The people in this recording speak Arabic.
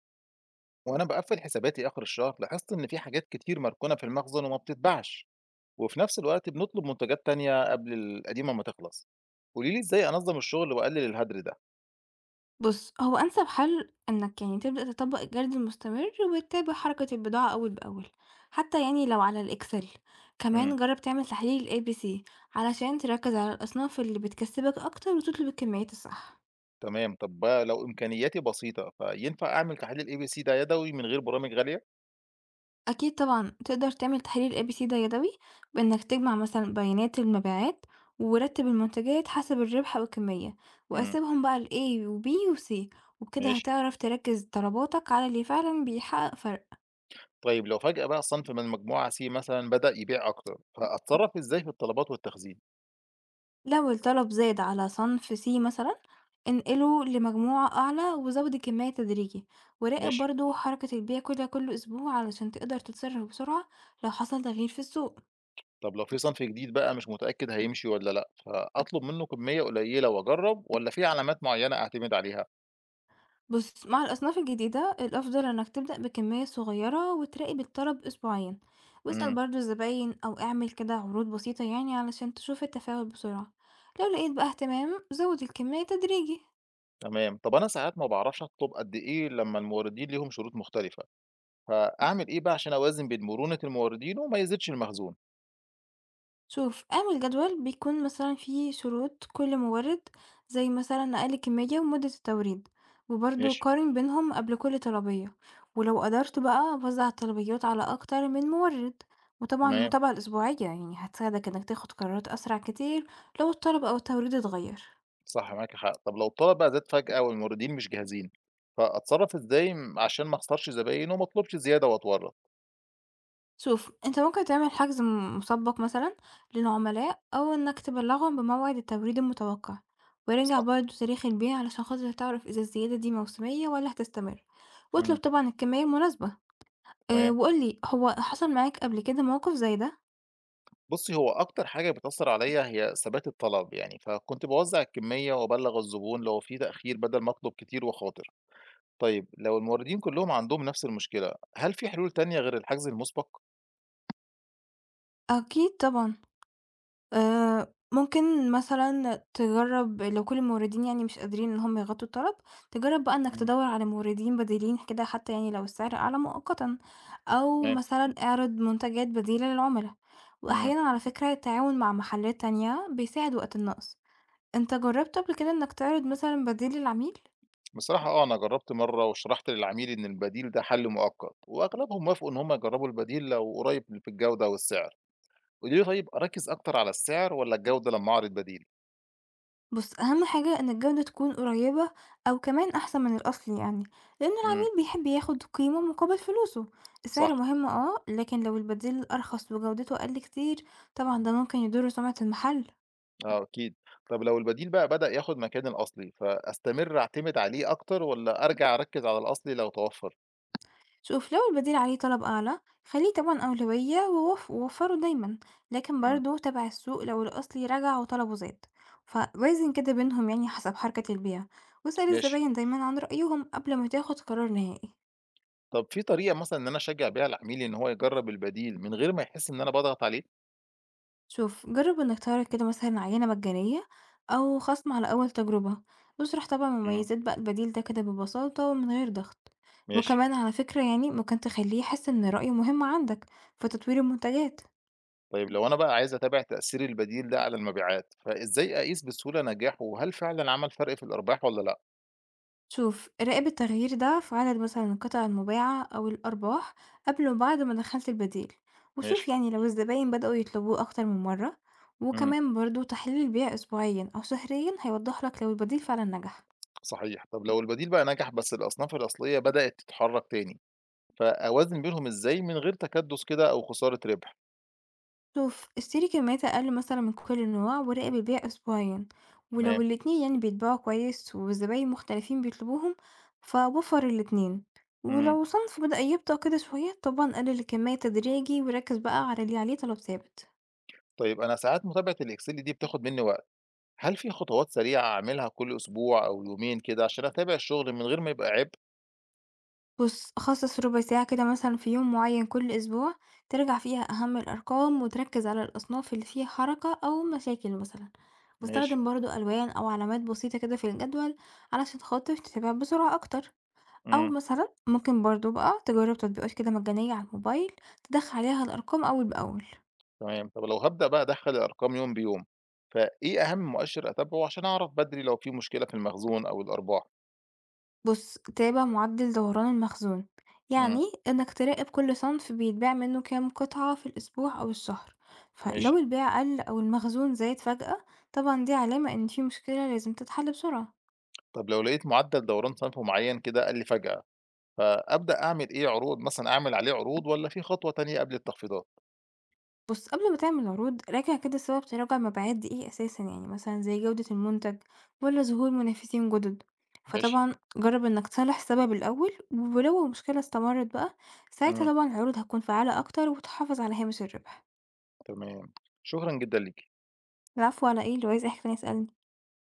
وانا بقفل حساباتي اخر الشهر لاحظت ان في حاجات كتير مركونه في المخزن وما بتتباعش، وفي نفس الوقت بنطلب منتجات تانية قبل القديمه ما تخلص. قولي لي ازاي انظم الشغل واقلل الهدر ده. بُص، هو أنسب حل إنك يعني تبدأ تطبّق الجرد المستمر وتتابع حركة البضاعة أول بأول، حتى يعني لو على الإكسل، امم. كمان جرّب تعمل تحليل الABC علشان تركّز على الأصناف اللي بتكسبك أكتر وتطلب الكميات الصح. تمام، طب بقى لو امكانياتي بسيطه فينفع اعمل تحليل الاي بي سي ده يدوي من غير برامج غاليه؟ أكيد طبعًا تقدر تعمل تحليل الABC ده يدوي بإنك تجمع مثلًا بيانات المبيعات ورتّب المنتجات حسب الربح أو الكمية، امم. وقسّمهم بقى لA وB وC وبكده ماشي. هتعرف تركّز طلباتك على اللي فعلًا بيحقق فرق. طيب لو فجاه بقى صنف من مجموعه سي مثلا بدا يبيع اكتر فاتصرف ازاي في الطلبات والتخزين؟ لو الطلب زاد على صنف C مثلا انقله لمجموعة أعلى وزود الكمية تدريجي وراقب ماشي. برضو حركة البيع كل أسبوع علشان تقدر تتصرف بسرعة لو حصل تغيير في السوق. طب لو في صنف جديد بقى مش متأكد هيمشي والّا لأ، فأطلب منه كمية قليلة وأجرّب والّا في علامات معيّنة أعتمد عليها؟ بص، مع الأصناف الجديدة الأفضل إنك تبدأ بكمية صغيرة وتراقب الطلب أسبوعيا واسأل إمم، برضو الزباين أو اعمل كده عروض بسيطة يعني علشان تشوف التفاعل بسرعة. لو لقيت بقى اهتمام زود الكمية تدريجي. تمام. طب أنا ساعات ما باعرفش أطلب قد إيه لمّا الموردين ليهم شروط مختلفة، فأعمل إيه بقى عشان أوازن بين مرونة الموردين وما يزيدش المخزون؟ شوف، اعمل جدول بيكون مثلا فيه شروط كل مورد زي مثلا أقل كمية ومدة التوريد وبرضه ماشي، قارن بينهم قبل كل طلبية، ولو قدرت بقى وزع الطلبيات على أكتر من مورد وطبعا تمام، المتابعة الأسبوعية يعني هتساعدك إنك تاخد قرارات أسرع كتير لو الطلب أو التوريد اتغير. صح معاكِ حق. طب لو الطلب بقى زاد فجأة والموردين مش جاهزين، فأتصرّف إزاي عشان ما أخسرش زباين وما أطلبش زيادة وأتورّط؟ شوف، انت ممكن تعمل حجز مسبق مثلا للعملاء او انك تبلغهم بموعد التوريد المتوقع وراجع صح، برضه تاريخ البيع علشان خاطر تعرف اذا الزيادة دي موسمية ولا هتستمر، إمم، واطلب طبعا الكمية المناسبة. اه، تمام. وقولي هو حصل معاك قبل كده موقف زي ده؟ بُصّي، هو أكتر حاجة بتأثّر عليّا هي ثبات الطلب يعني، فكنت باوزّع الكمية وأبلّغ الزبون لو في تأخير بدل ما أطلب كتير وأخاطر. طيب لو الموردين كلّهم عندهم نفس المشكلة، هل في حلول تانية غير الحجز المُسبق؟ اكيد طبعا، آآ، ممكن مثلًا تجرّب لو كل الموردين يعني مش قادرين إن هُم يغطّوا الطلب، تجرّب بقى إنك إمم، تدوّر على موردين بديلين كده حتى يعني لو السعر أعلى مؤقتًا، أو تمام. مثلًا اعرض منتجات بديلة للعُملا، إمم. وأحيانًا على فكرة التعاون مع محلات تانية بيساعد وقت النقص. أنت جرّبت قبل كده إنك تعرض مثلًا بديل للعميل؟ بصراحة آه، أنا جرّبت مرّة وشرحت للعميل إن البديل ده حل مؤقت وأغلبهم وافقوا إن هم يجرّبوا البديل لو قريب في الجودة والسعر. قولي لي طيب أركّز أكتر على السعر والّا الجودة لمّا أعرض بديل؟ بُص، أهم حاجة إن الجودة تكون قريبة أو كمان أحسن من الأصل يعني، لإن إمم، العميل بيحب ياخد قيمة مقابل فلوسه. صح. السعر مهم آه، لكن لو البديل أرخص وجودته أقل كتير طبعًا ده ممكن يضر سمعة المحل. آه أكيد. طب لو البديل بقى بدأ ياخد مكان الأصلي، فأستمر أعتمد عليه أكتر والّا أرجع أركّز على الأصلي لو توفّر؟ شوف، لو البديل عليه طلب أعلى خليه طبعًا أولوية ووفّره دايمًا، لكن إمم. برضه تابع السوق لو الأصلي رجع وطلبه زاد، فوازن كده بينهم يعني حسب حركة البيع، واسأل ماشي. الزباين دايمًا عن رأيهم قبل ما تاخد قرار نهائي. طب في طريقة مثلًا إن أنا أشجّع بيها العميل إن هو يجرّب البديل من غير ما يحس إن أنا باضغط عليه؟ شوف، جرب انك تعرض كده مثلا عينة مجانية او خصم على اول تجربة، واشرح طبعا إمم. مميزات بقى البديل ده كده ببساطة ومن غير ضغط. ماشي. وكمان على فكرة يعني ممكن تخليه يحس ان رأيه مهم عندك في تطوير المنتجات. طيب لو أنا بقى عايز أتابع تأثير البديل ده على المبيعات، فإزاي أقيس بسهولة نجاحه وهل فعلًا عمل فرق في الأرباح والّا لأ؟ شوف، راقب التغيير ده في عدد مثلا القطع المباعة او الارباح قبل وبعد ما دخلت البديل، ماشي. وشوف يعني لو الزباين بدأوا يطلبوه اكتر من مرة. إمم. وكمان برضو تحليل البيع اسبوعيا او شهريا هيوضح لك لو البديل فعلا نجح. صحيح. طب لو البديل بقى نجح بس الأصناف الأصلية بدأت تتحرّك تاني، فأوازن بينهم إزاي من غير تكدُّس كده أو خسارة ربح؟ شوف، اشتري كميات أقل مثلا من كل نوع وراقب البيع أسبوعيا، ولو تمام. الاتنين يعني بيتباعوا كويس والزباين مختلفين بيطلبوهم فوفر الاتنين، إمم. ولو صنف بدأ يبطأ كده شوية طبعا قلل الكمية تدريجي وركز بقى على اللي عليه طلب ثابت. طيب أنا ساعات متابعة الExcel دي بتاخد منّي وقت، هل في خطوات سريعة أعملها كل أسبوع أو يومين كده عشان أتابع الشغل من غير ما يبقى عبء؟ بص، خصص ربع ساعة كده مثلا في يوم معين كل أسبوع ترجع فيها أهم الأرقام وتركز على الأصناف اللي فيها حركة أو مشاكل مثلا، ماشي، واستخدم برضو ألوان أو علامات بسيطة كده في الجدول علشان خاطر تتابع بسرعة أكتر، أو إمم، مثلًا ممكن برضه بقى تجرّب تطبيقات كده مجانية على الموبايل تدخّل عليها الأرقام أول بأول. تمام. طب لو هابدأ بقى أدخّل الأرقام يوم بيوم، فإيه أهم مؤشر أتابعه عشان أعرف بدري لو في مشكلة في المخزون أو الأرباح؟ بُص، تابع معدل دوران المخزون، إمم، يعني إنك تراقب كل صنف بيتباع منه كام قطعة في الأسبوع أو الشهر، ماشي. فلو البيع قل أو المخزون زاد فجأة، طبعًا دي علامة إن في مشكلة لازم تتحل بسرعة. طب لو لقيت معدل دوران صنف معيّن كده قَل فجأة، فأبدأ أعمل إيه عروض مثلًا أعمل عليه عروض والّا في خطوة تانية قبل التخفيضات؟ بُص، قبل ما تعمل عروض راجع كده سبب تراجع مبيعات دي إيه أساسًا، يعني مثلًا زي جودة المنتج والّا ظهور منافسين جُدد، ماشي، فطبعًا جرّب إنك تصلّح السبب الأول، ولو المشكلة استمرت بقى إمم، ساعتها طبعًا العروض هتكون فعّالة أكتر وتحافظ على هامش الربح. تمام. شكرًا جدًا ليكِ. العفو على إيه، لو عايز أي حاجة تانية اسألني.